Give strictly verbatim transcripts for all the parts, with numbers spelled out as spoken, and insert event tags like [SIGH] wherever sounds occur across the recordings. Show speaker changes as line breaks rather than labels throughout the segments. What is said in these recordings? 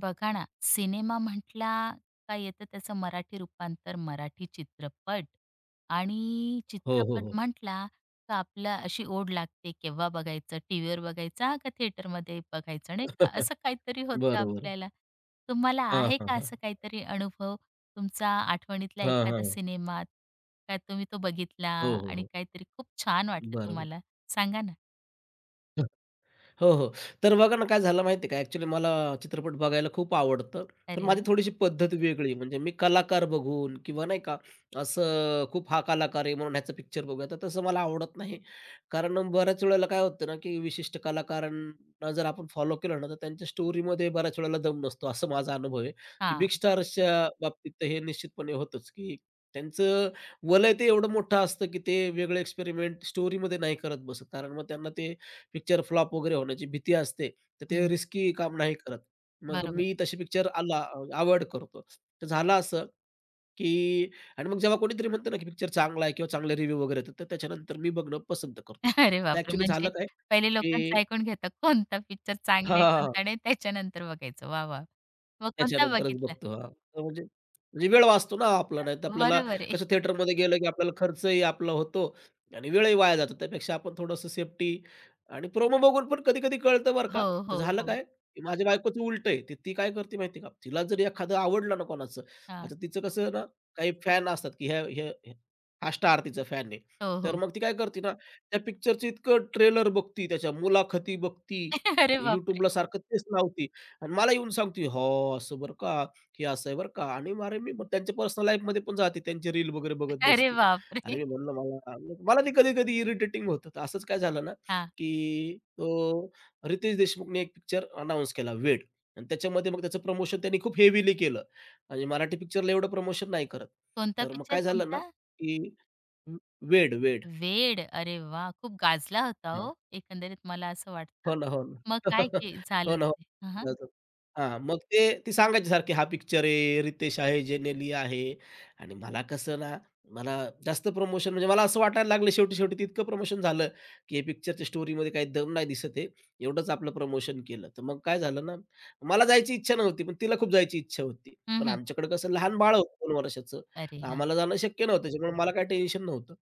बघा ना, सिनेमा म्हटला का येतं त्याचं मराठी रूपांतर, मराठी चित्रपट आणि
हो, हो,
चित्रपट
हो.
म्हटला का आपला अशी ओढ लागते केव्हा बघायचं, टीव्हीवर बघायचा का थिएटरमध्ये बघायचं नाही का, असं काहीतरी होतं
बरोबर.
आपल्याला. तुम्हाला
हां,
आहे
हां,
का
हां.
असं काहीतरी अनुभव तुमचा आठवणीतला
हां,
एखादा
हां.
सिनेमात? का तुम्ही तो बघितला
हो, हो,
आणि
हो.
काहीतरी खूप छान वाटलं
बरोबर.
तुम्हाला? सांगा ना.
हो, हो. तर बघा ना, काय झालं माहिती का, ॲक्चुअली मला चित्रपट बघायला खूप आवडतं. पण
अरे
माझी
वाह!
थोडीशी पद्धत वेगळी. म्हणजे मी कलाकार बघून किंवा नाही का, असं खूप हा कलाकार आहे म्हणून ह्याचा पिक्चर बघूया, तर तसं मला आवडत नाही. कारण बऱ्याच वेळेला काय होतं ना, की विशिष्ट कलाकारांना जर आपण फॉलो केलं ना, तर त्यांच्या स्टोरीमध्ये बऱ्याच वेळेला दम नसतो, असं माझा अनुभव आहे. की बिग
हां.
स्टार्सच्या बाबतीत तर हे निश्चितपणे होतंच, की त्यांचं वलय ते एवढं मोठं असतं, की ते वेगळं एक्सपेरिमेंट स्टोरीमध्ये नाही करत बसत. कारण मग त्यांना ते पिक्चर फ्लॉप वगैरे होण्याची भीती असते, तर ते
हं.
रिस्की काम नाही करत. मग
बरोबर.
मी तसे पिक्चर आला अव्हॉइड करतो. तर झालं असं, की आणि मग जेव्हा कोणीतरी म्हणतं ना, की पिक्चर चांगला आहे किंवा चांगले रिव्ह्यू वगैरे येतात, तर त्याच्यानंतर मी बघणं पसंत करतो.
अरे
तर
बापरे!
ॲक्चुअली झालं
म्हणजे
काय,
पहिले लोकांचं
की
ऐकून घेता कोणता पिक्चर चांगला आहे,
हां,
कोणता नाही त्याच्यानंतर बघायचं. वाह, वाह! मग कोणता
त्याच्यानंतरच
बघितला?
बघतो. हां. तर म्हणजे म्हणजे वेळ वाचतो ना आपला. नाहीतर आपल्याला
बरोबर आहे.
कसं थिएटरमध्ये गेलं, की आपल्याला खर्चही आपला होतो आणि वेळही वाया जातो. त्यापेक्षा आपण थोडंसं सेफ्टी आणि प्रोमो बघून पण कधी-कधी कळतं बरं का.
हो,
तर
हो,
झालं
हो.
काय, की माझ्या बायकोचं उलटं आहे. ती ती काय करते माहिती आहे का? तिला जर एखादं आवडलं ना कोणाचं,
हां.
आता तिचं कसं ना काही फॅन असतात, की ह्या ह्या ह्या हा स्टार तिचा फॅन आहे.
हो,
तर
हो.
मग ती काय करते ना, त्या पिक्चरचं इतकं ट्रेलर बघती, त्याच्या मुलाखती बघती
[LAUGHS] अरे
आणि YouTubeला
बापरे!
सारखं तेच लावती. आणि मला येऊन सांगते, "हां, असं बरं का, हे असं आहे बरं का" आणि मग अरे मी मग त्यांच्या पर्सनल लाईफमध्ये पण जाते, त्यांची रील वगैरे बघत
अरे
बसते. अरे
बापरे!
मी म्हणलं मला मला ते कधी-कधी इरिटेटिंग होतं. तर असंच काय झालं ना,
हां.
की तो रितेश देशमुखने एक पिक्चर अनाउन्स केला वेड आणि त्याच्यामध्ये मग त्याचं प्रमोशन त्यांनी खूप हेवीली केलं आणि मराठी पिक्चरला एवढं प्रमोशन नाही करत.
कोणता
तर मग
पिक्चर
काय झालं ना,
कोणता?
की वेड, वेड.
वेड. अरे वाह! खूप गाजला होता हो, एकंदरीत मला असं वाटतं.
हो ना, हो ना.
मग काय
[LAUGHS]
के
हो
झालं
ना, हो.
ते? हं, हं.
हां, मग ते ती सांगायची सारखी हा पिक्चर आहे, रितेश आहे, जेनेली आहे आणि मला कसं ना, मला जास्त प्रमोशन म्हणजे मला असं वाटायला लागलं शेवटी-शेवटी ते इतकं प्रमोशन झालं, की हे पिक्चरच्या स्टोरीमध्ये काही दम नाही दिसत आहे. एवढंच आपलं प्रमोशन केलं. तर मग काय झालं ना, मला जायची इच्छा नव्हती, पण तिला खूप जायची इच्छा होती.
हं,
पण
हं.
आमच्याकडे कसं लहान बाळ होतं दोन वर्षाचं,
अरे
तर
हां.
आम्हाला जाणं शक्य नव्हतं. त्याच्यामुळे मला काही टेन्शन नव्हतं.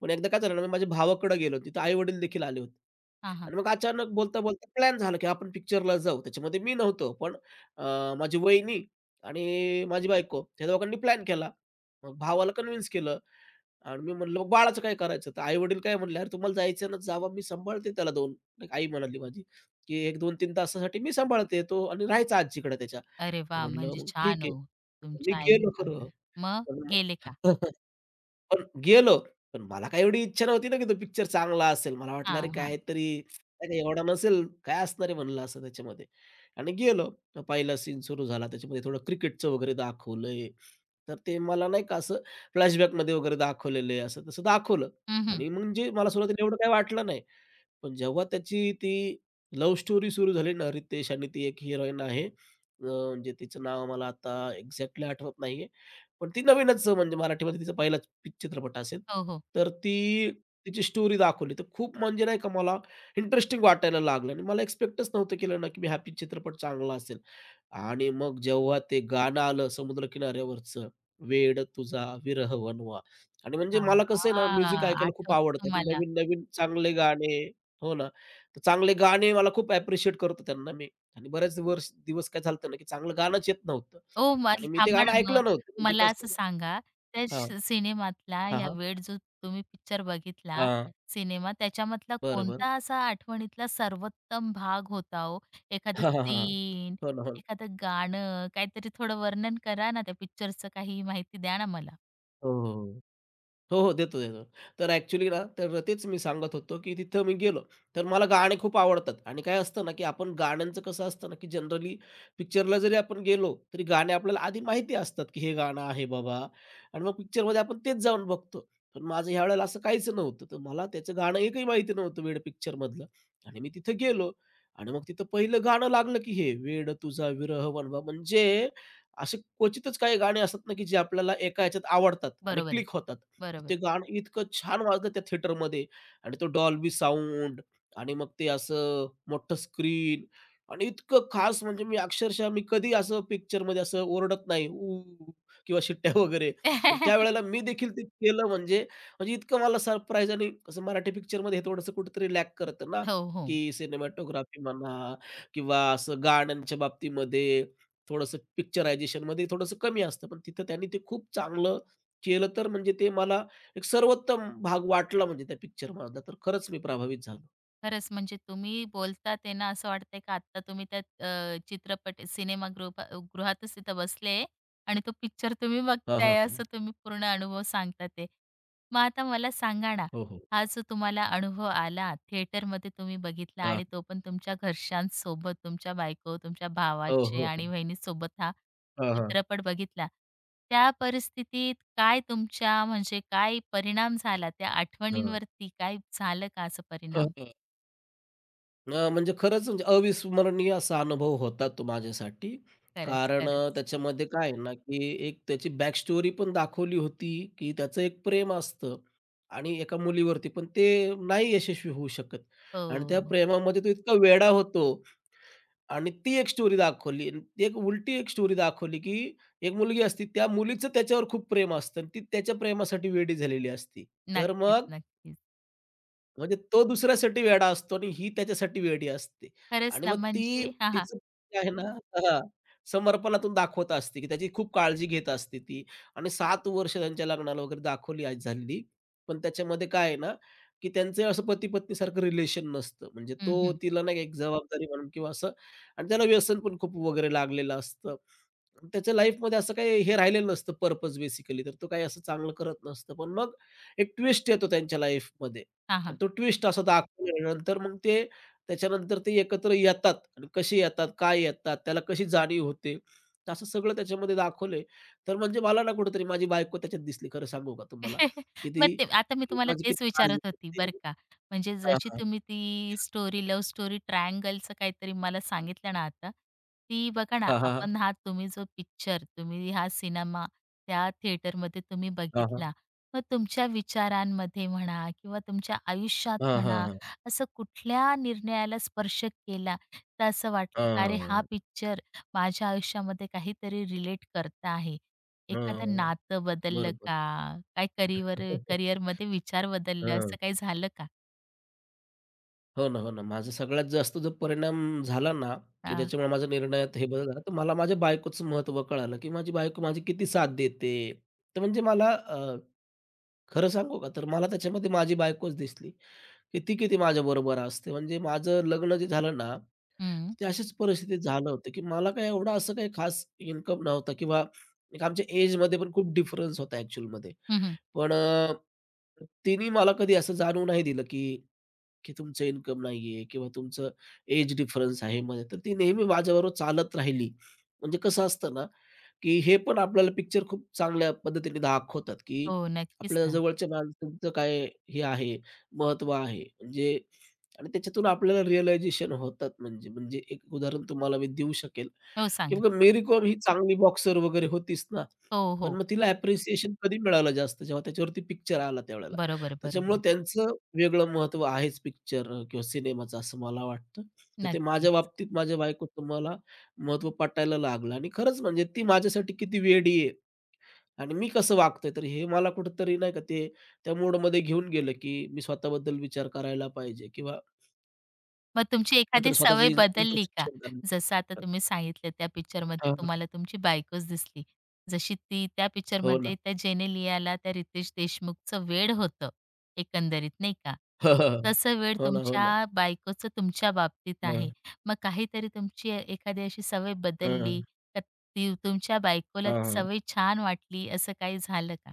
पण एकदा काय झालं ना, मी माझ्या भावाकडे गेलो. तिथं आई-वडील देखील आले होते.
हां, हां.
आणि मग अचानक बोलता-बोलता प्लॅन झाला, की आपण पिक्चरला जाऊ. त्याच्यामध्ये मी नव्हतो, पण अ, माझी वहिनी आणि माझी बायको या दोघांनी प्लॅन केला. मग भावाला कन्विन्स केलं आणि मी म्हणलं, "मग बाळाचं काय करायचं?" तर आई-वडील काय म्हणले, "अरे तुम्हाला जायचं ना, जावा मी सांभाळते त्याला दोन, आई म्हणाली माझी, की एक दोन-तीन तासासाठी मी सांभाळते तो आणि राहायचा आजीकडे त्याच्या."
अरे
तर
वाह!
म्हणलं,
म्हणजे
"मग
छान
ठीक आहे."
हो.
मी
तुमच्या आईने
गेलो खरं.
सांभाळलं. मग
पण
गेले
मग
का?
[LAUGHS] पण गेलो. पण मला काही एवढी इच्छा नव्हती ना, की तो पिक्चर चांगला असेल. मला वाटलं अरे
हां, हां.
काहीतरी नाही, नाही एवढा नसेल, काय असणार आहे म्हणलं असं त्याच्यामध्ये. आणि गेलो. तर पहिला सीन सुरू झाला. त्याच्यामध्ये थोडं क्रिकेटचं वगैरे दाखवलंय. तर ते मला नाही का असं फ्लॅशबॅकमध्ये वगैरे दाखवलेलं आहे, असं तसं दाखवलं.
हं, हं.
आणि म्हणजे मला सुरुवातीला एवढं काही वाटलं नाही. पण जेव्हा त्याची ती लव्ह स्टोरी सुरू झाली ना, रितेश आणि ती एक हिरोईन आहे. अ, म्हणजे तिचं नाव मला आता एक्झॅक्टली आठवत नाहीये. पण ती नवीनच म्हणजे मराठीमध्ये तिचा पहिलाच पि चित्रपट असेल.
हो, हो.
तर ती तिची स्टोरी दाखवली. तर खूप म्हणजे नाही का मला इंटरेस्टिंग वाटायला लागलं आणि मला एक्स्पेक्टच नव्हतं केलं ना, की मी हा चित्रपट चांगला असेल. आणि मग जेव्हा ते गाणं आलं समुद्र किनाऱ्यावरचं, वेड तुझा विरह वनवा आणि म्हणजे
हां,
मला कसं आहे ना
हां.
म्युझिक ऐकायला खूप
आठवतं
आवडतं. मी
तुम्हाला.
नवीन-नवीन चांगले गाणे हो ना, तर चांगले गाणे मला खूप ॲप्रिशिएट करतो त्यांना मी आणि बरेच वर्ष दिवस काय झालं ना, की चांगलं गाणंच येत नव्हतं.
ओ
आणि
मल
मी ते
थांबा
गाणं
ना मग
ऐकलं नव्हतं. म्हणजे
मला
कसं
असं सांगा, त्या श
हां.
सिनेमातला
हां,
ह्या
हां.
वेळ जो तुम्ही पिक्चर बघितला
हां.
सिनेमा, त्याच्यामधला
बरं, बरं.
कोणता असा आठवणीतला सर्वोत्तम भाग होता हो?
[LAUGHS]
एखादं
हां, हां, हां.
सीन,
हो ना, हो ना.
एखादं गाणं, काहीतरी थोडं वर्णन करा ना त्या पिक्चरचं काही माहिती द्या ना मला.
हो, हो, हो. हो, हो. देतो, देतो. तर ॲक्चुअली ना, तर तेच मी सांगत होतो, की तिथं मी गेलो, तर मला गाणे खूप आवडतात आणि काय असतं ना, की आपण गाण्यांचं कसं असतं ना, की जनरली पिक्चरला जरी आपण गेलो, तरी गाणे आपल्याला आधी माहिती असतात, की हे गाणं आहे बाबा आणि मग पिक्चरमध्ये आपण तेच जाऊन बघतो. पण माझं ह्या वेळेला असं काहीच नव्हतं. तर मला त्याचं गाणं एकही माहिती नव्हतं वेड पिक्चरमधलं आणि मी तिथं गेलो आणि मग तिथं पहिलं गाणं लागलं, की हे वेड तुझा विरह वनवा म्हणजे असे क्वचितच काही गाणे असतात ना, की जे आपल्याला एका ह्याच्यात आवडतात आणि
बरोबर आहे.
क्लिक होतात. तर
बरोबर
ते
आहे.
गाणं इतकं छान वाजलं त्या थिएटरमध्ये आणि तो डॉल्बी साउंड आणि मग ते असं मोठं स्क्रीन आणि इतकं खास म्हणजे मी अक्षरशः मी कधी असं पिक्चरमध्ये असं ओरडत नाही ऊ किंवा शिट्ट्या वगैरे. पण
[LAUGHS]
त्यावेळेला मी देखील ते केलं म्हणजे म्हणजे इतकं मला सरप्राईज आणि कसं मराठी पिक्चरमध्ये हे थोडंसं कुठेतरी लॅक करतं ना,
हो, हो.
की सिनेमॅटोग्राफी म्हणा किंवा असं गाण्यांच्या बाबतीमध्ये थोडंसं पिक्चरायझेशनमध्ये थोडंसं कमी असतं. पण तिथं त्यांनी ते खूप चांगलं केलं तर म्हणजे ते मला एक सर्वोत्तम भाग वाटला म्हणजे त्या पिक्चर मधला, तर खरंच मी प्रभावित झालो.
खरंच म्हणजे तुम्ही बोलता ते ना असं वाटतंय का आता तुम्ही त्या अ, चित्रपट सिनेमागृह गृहातच तिथं बसले आणि तो पिक्चर तुम्ही
हां, हां,
बघताय
हां.
असं तुम्ही पूर्ण अनुभव सांगता ते. मग आता मला सांगा ना,
हो, हो.
हा जो तुम्हाला अनुभव आला थिएटरमध्ये तुम्ही बघितला
हां.
आणि तो पण तुमच्या घरच्यांसोबत, तुमच्या बायको, तुमच्या
हो,
भावाचे
हो, हो.
आणि बहिणीसोबत हा
हां, हां.
चित्रपट बघितला. त्या परिस्थितीत काय तुमच्या म्हणजे काय परिणाम झाला त्या
हां.
आठवणींवरती? काय झालं का असं परिणाम?
हं, अ, म्हणजे खरंच म्हणजे अविस्मरणीय असा अनुभव होता तो माझ्यासाठी.
खरंच,
कारण अ,
खरंच.
त्याच्यामध्ये काय आहे ना, की एक त्याची बॅक स्टोरी पण दाखवली होती, की त्याचं एक प्रेम असतं आणि एका मुलीवरती, पण ते नाही यशस्वी होऊ शकत आणि त्या
हो.
प्रेमामध्ये तो इतका वेडा होतो आणि ती एक स्टोरी दाखवली आणि एक उलटी एक स्टोरी दाखवली, की एक मुलगी असती, त्या मुलीचं त्याच्यावर खूप प्रेम असतं आणि ती त्याच्या प्रेमासाठी वेडी झालेली असती. तर
नक्कीच,
मग
नक्कीच.
म्हणजे तो दुसऱ्यासाठी वेडा असतो आणि ही त्याच्यासाठी वेडी असते
खरंच
आणि
ना
मग ती
म्हणजे हां, हां.
तिचं जे आहे ना हां, समर्पणातून दाखवत असते, की त्याची खूप काळजी घेत असते ती आणि सात वर्ष त्यांच्या लग्नाला वगैरे दाखवली आज झालेली. पण त्याच्यामध्ये काय आहे ना, की त्यांचं असं पती-पत्नीसारखं रिलेशन नसतं. म्हणजे
हं,
तो
हं.
तिला नाही का एक जबाबदारी म्हणून किंवा असं आणि त्याला व्यसन पण खूप वगैरे लागलेलं असतं. आणि त्याच्या लाईफमध्ये असं काही हे राहिलेलं नसतं पर्पज बेसिकली तर तो काही असं चांगलं करत नसतं. पण मग एक ट्विस्ट येतो त्यांच्या लाईफमध्ये
हां, हां.
आणि तो ट्विस्ट असा दाखवल्यानंतर मग ते त्याच्यानंतर ते एकत्र येतात आणि कसे येतात, काय येतात, त्याला कशी जाणीव होते. तर असं सगळं त्याच्यामध्ये दाखवलंय. तर म्हणजे मला ना कुठेतरी माझी बायको त्याच्यात दिसली खरं सांगू का तुम्हाला,
[LAUGHS]
की
मग
ती
ते आता मी
ती
तुम्हाला
माझी
तेच
किती काळजी
विचारत होती
करते.
बरं का. म्हणजे
हां,
जशी
हां.
तुम्ही ती स्टोरी, लव्ह स्टोरी ट्रायंगलचं काहीतरी मला सांगितलं ना आता, ती बघा ना
हां, हां, हां.
आपण हा तुम्ही जो पिक्चर, तुम्ही हा सिनेमा त्या थिएटरमध्ये तुम्ही
हां, हां.
बघितला. मग तुमच्या विचारांमध्ये म्हणा किंवा तुमच्या आयुष्यात म्हणा,
हां,
असं कुठल्या निर्णयाला स्पर्श केला, तर असं वाटलं का अरे
हां,
हा
हां.
पिक्चर माझ्या आयुष्यामध्ये काहीतरी रिलेट करत आहे.
हां,
एखादं
हां.
नातं बदललं
बरोबर.
का? काय करिअर
[LAUGHS]
करिअरमध्ये विचार बदललं
हां.
असं काही झालं का?
हो ना, हो ना. माझा सगळ्यात जास्त जो परिणाम झाला ना, की
हां.
ज्याच्यामुळे माझ्या निर्णयात हे बदल झाला, तर मला माझ्या बायकोचं महत्त्व कळालं, की माझी बायको माझी किती साथ देते. तर म्हणजे मला अ, खरं सांगू का, तर मला त्याच्यामध्ये माझी बायकोच दिसली, की ती किती माझ्याबरोबर असते. म्हणजे माझं लग्न जे झालं ना,
हं.
ते अशाच परिस्थितीत झालं होतं, की मला काय एवढा असं काही खास इन्कम नव्हता किंवा एक आमच्या एजमध्ये पण खूप डिफरन्स होता ॲक्चुअलमध्ये.
हं,
पण अ, तिने मला कधी असं जाणवू नाही दिलं, की की तुमचं इन्कम नाहीये किंवा तुमचं एज डिफरन्स आहे मध्ये. तर ती नेहमी माझ्याबरोबर चालत राहिली. म्हणजे कसं असतं ना, की हे पण आपल्याला पिक्चर खूप चांगल्या पद्धतीने दाखवतात, की
हो, नक्कीच
आपल्या
ना.
जवळच्या माणसांचं काय हे आहे, महत्त्व आहे. म्हणजे आणि त्याच्यातून आपल्याला रिअलायझेशन होतात म्हणजे. म्हणजे एक उदाहरण तुम्हाला मी देऊ शकेल,
हो,
की
सांगा.
बघा मेरी कॉम ही चांगली बॉक्सर वगैरे होतीच ना,
हो,
पण
हो.
मग तिला अप्रिसिएशन कधी मिळालं जास्त जेव्हा त्याच्यावरती पिक्चर आला त्यावेळेला.
बरोबर,
त्याच्यामुळं
बरोबर.
त्यांचं वेगळं महत्त्व आहेच पिक्चर किंवा सिनेमाचं असं मला वाटतं. तर ते माझ्या
नक्कीच.
बाबतीत माझ्या बायकोचं मला महत्त्व पटायला लागलं आणि खरंच म्हणजे ती माझ्यासाठी किती वेडी आहे आणि मी कसं वागतोय, तर हे मला कुठेतरी नाही का ते त्या मोडमध्ये घेऊन गेलं, की मी स्वतःबद्दल विचार करायला पाहिजे किंवा
मग तुमची
नंतर
एखादी
स्वतःचं
सवय बदलली का?
इंट्रोस्पेक्शन करणं.
जसं आता तुम्ही सांगितलं त्या पिक्चरमध्ये
हां, हां.
तुम्हाला तुमची बायकोच दिसली. जशी ती त्या
हो ना.
पिक्चरमध्ये त्या जेनेलियाला त्या रितेश देशमुखचं वेड होतं एकंदरीत नाही का?
[LAUGHS] हो
तसं वेड
हो ना, हो ना.
तुमच्या बायकोचं तुमच्या बाबतीत
हां,
आहे. मग काहीतरी तुमची एखादी अशी सवय
हां, हां,
बदलली तर ती तुमच्या बायकोला ती
हां.
सवय छान वाटली असं काही झालं का?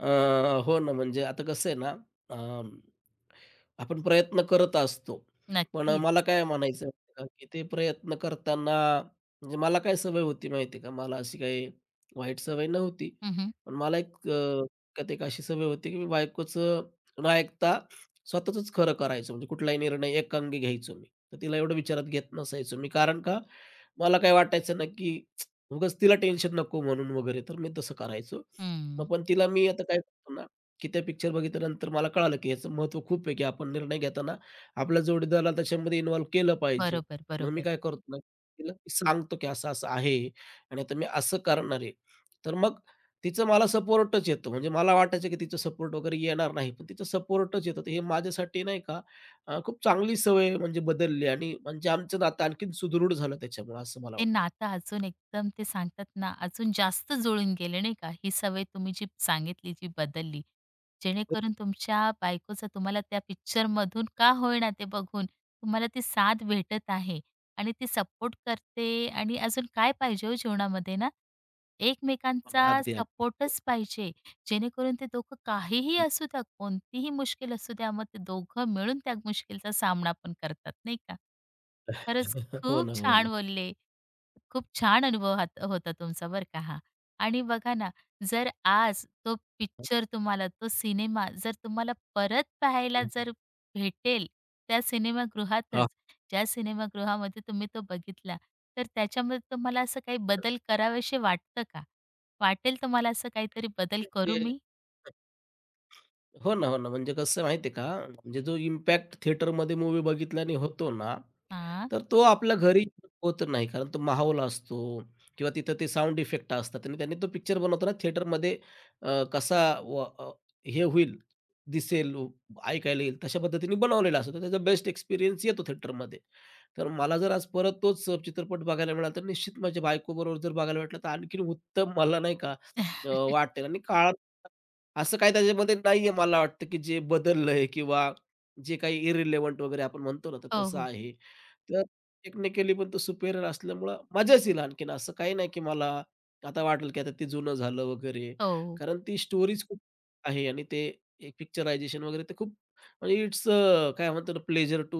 हो ना, म्हणजे आता कसं आहे ना, आपण प्रयत्न करत असतो. पण अ, मला
नक्कीच.
काय म्हणायचं आहे, का, की ते प्रयत्न करताना म्हणजे मला काय सवय होती माहिती आहे का? मला अशी काही वाईट सवय नव्हती.
हं, हं.
पण मला एक अ, त्यात एक अशी सवय होती, की मी बायकोचं न ऐकता स्वतःचंच खरं करायचो. म्हणजे कुठलाही निर्णय एकांगी घ्यायचो मी. तर तिला एवढं विचारात घेत नसायचो मी. कारण का? मला काय वाटायचं ना, की उगाच तिला टेन्शन नको म्हणून वगैरे, तर मी तसं करायचो. मग पण तिला मी आता काय करतो ना, की त्या पिक्चर बघितल्यानंतर मला कळालं, की याचं महत्व खूप आहे, की आपण निर्णय घेताना आपल्या जोडीदाराला त्याच्यामध्ये इन्व्हॉल्व केलं पाहिजे.
बरोबर,
मग मी
बरोबर.
काय करतो ना, तिला सांगतो, की असं-असं आहे आणि आता मी असं करणार आहे. तर मग तिचा मला सपोर्टच येतो. म्हणजे मला वाटायचं, की तिचा सपोर्ट वगैरे येणार नाही, पण तिचा सपोर्टच येतो. तर हे माझ्यासाठी नाही का अ, खूप चांगली सवय म्हणजे बदलली आणि म्हणजे आमचं नातं आणखीन सुदृढ झालं त्याच्यामुळं असं मला
ते
वाटतं.
नातं अजून एकदम ते सांगतात ना, अजून जास्त जुळून गेले नाही का? ही सवय तुम्ही जी सांगितली, जी बदलली. जेणेकरून तुमच्या बायकोचा तुम्हाला त्या picture मधून, का होईना ते बघून तुम्हाला ती साथ भेटत आहे आणि ती सपोर्ट करते आणि अजून काय पाहिजे हो जीवनामध्ये ना,
हो ना,
एकमेकांचा
अगदी, अगदी.
सपोर्टच पाहिजे. जेणेकरून ते दोघं काहीही असू द्या, कोणतीही मुश्किल असू द्या, मग ते दोघं मिळून त्या मुश्किलचा सामना पण करतात, नाही का? खरंच
[LAUGHS] हो
खूप
ना, हो ना.
छान बोलले. खूप छान अनुभव हात- होता तुमचा बरं का हा आणि बघा ना जर आज तो पिक्चर तुम्हाला तो सिनेमा जर तुम्हाला परत पाहायला
हं, हं.
जर भेटेल त्या सिनेमागृहातच
हां.
ज्या सिनेमागृहामध्ये तुम्ही तो बघितला तर त्याच्यामध्ये तुम्हाला असं काही बदल करावेसे वाटतं का वाटेल तुम्हाला असं काहीतरी बदल
ते
करू मी
हो ना, हो ना. म्हणजे कसं आहे माहिती आहे का, म्हणजे जो इम्पॅक्ट थिएटरमध्ये मूव्ही बघितल्याने होतो ना,
हा.
तर तो आपल्या घरी होत नाही. कारण तो माहौल असतो किंवा तिथं ते साउंड इफेक्ट असतात आणि त्यांनी तो पिक्चर बनवताना थिएटरमध्ये अ, कसा व अ, हे होईल, दिसेल, उ- ऐकायला येईल तशा पद्धतीने बनवलेला असतो. तर त्याचा बेस्ट एक्सपिरियन्स येतो थिएटरमध्ये. तर मला जर आज परत तोच चित्रपट बघायला मिळाला, तर निश्चित माझ्या बायकोबरोबर जर बघायला भेटला, तर आणखीन उत्तम मला नाही का अ,
[LAUGHS]
वाटेल आणि काळा असं काही त्याच्यामध्ये नाहीये मला वाटतं, की जे बदललंय किंवा जे काही इर्रिलेव्हंट वगैरे आपण म्हणतो ना, तर
हो,
तसं
हो,
आहे. तर टेक्निकली पण तो सुपेरियर असल्यामुळं मजाच येईल आणखीन. असं काही नाही, की मला आता वाटेल, की आता ते जुनं झालं वगैरे.
हो.
कारण ती स्टोरीज खूप आहे आणि ते एक पिक्चरायझेशन वगैरे ते खूप म्हणजे इट्स काय म्हणतो ना, प्लेजर टू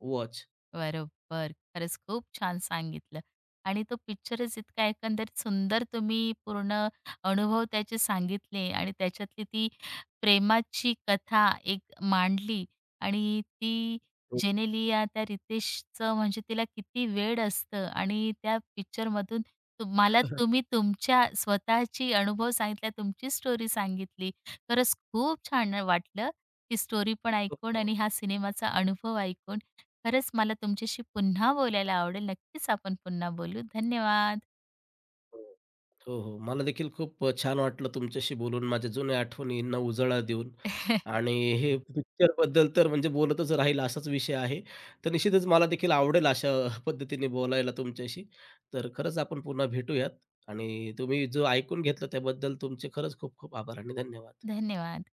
वॉच.
बरोबर. खरंच खूप छान सांगितलं आणि तो पिक्चरच इतका एकंदरीत सुंदर तुम्ही पूर्ण अनुभव त्याचे सांगितले आणि त्याच्यातली ती प्रेमाची कथा एक मांडली आणि ती जेनेलिया त्या रितेशचं म्हणजे तिला किती वेड असतं आणि त्या पिक्चरमधून तुम्हाला
[LAUGHS]
तुम्ही तुमच्या स्वतःची अनुभव सांगितला, तुमची स्टोरी सांगितली. खरंच खूप छान वाटलं, ती स्टोरी पण
हो,
ऐकून आणि
हो.
हा सिनेमाचा अनुभव ऐकून. खरंच मला तुमच्याशी पुन्हा बोलायला आवडेल. नक्कीच आपण पुन्हा बोलू. धन्यवाद.
हो. हो, हो. मला देखील खूप अ, छान वाटलं तुमच्याशी बोलून, माझ्या जुन्या आठवणींना उजाळा देऊन
[LAUGHS]
आणि हे पिक्चरबद्दल तर म्हणजे बोलतच राहील असाच विषय आहे. तर निश्चितच मला देखील आवडेल अशा पद्धतीने बोलायला तुमच्याशी. तर खरंच आपण पुन्हा भेटूयात आणि तुम्ही जो ऐकून घेतलं त्याबद्दल तुमचे खरंच खूप खूप आभार आणि धन्यवाद.
धन्यवाद.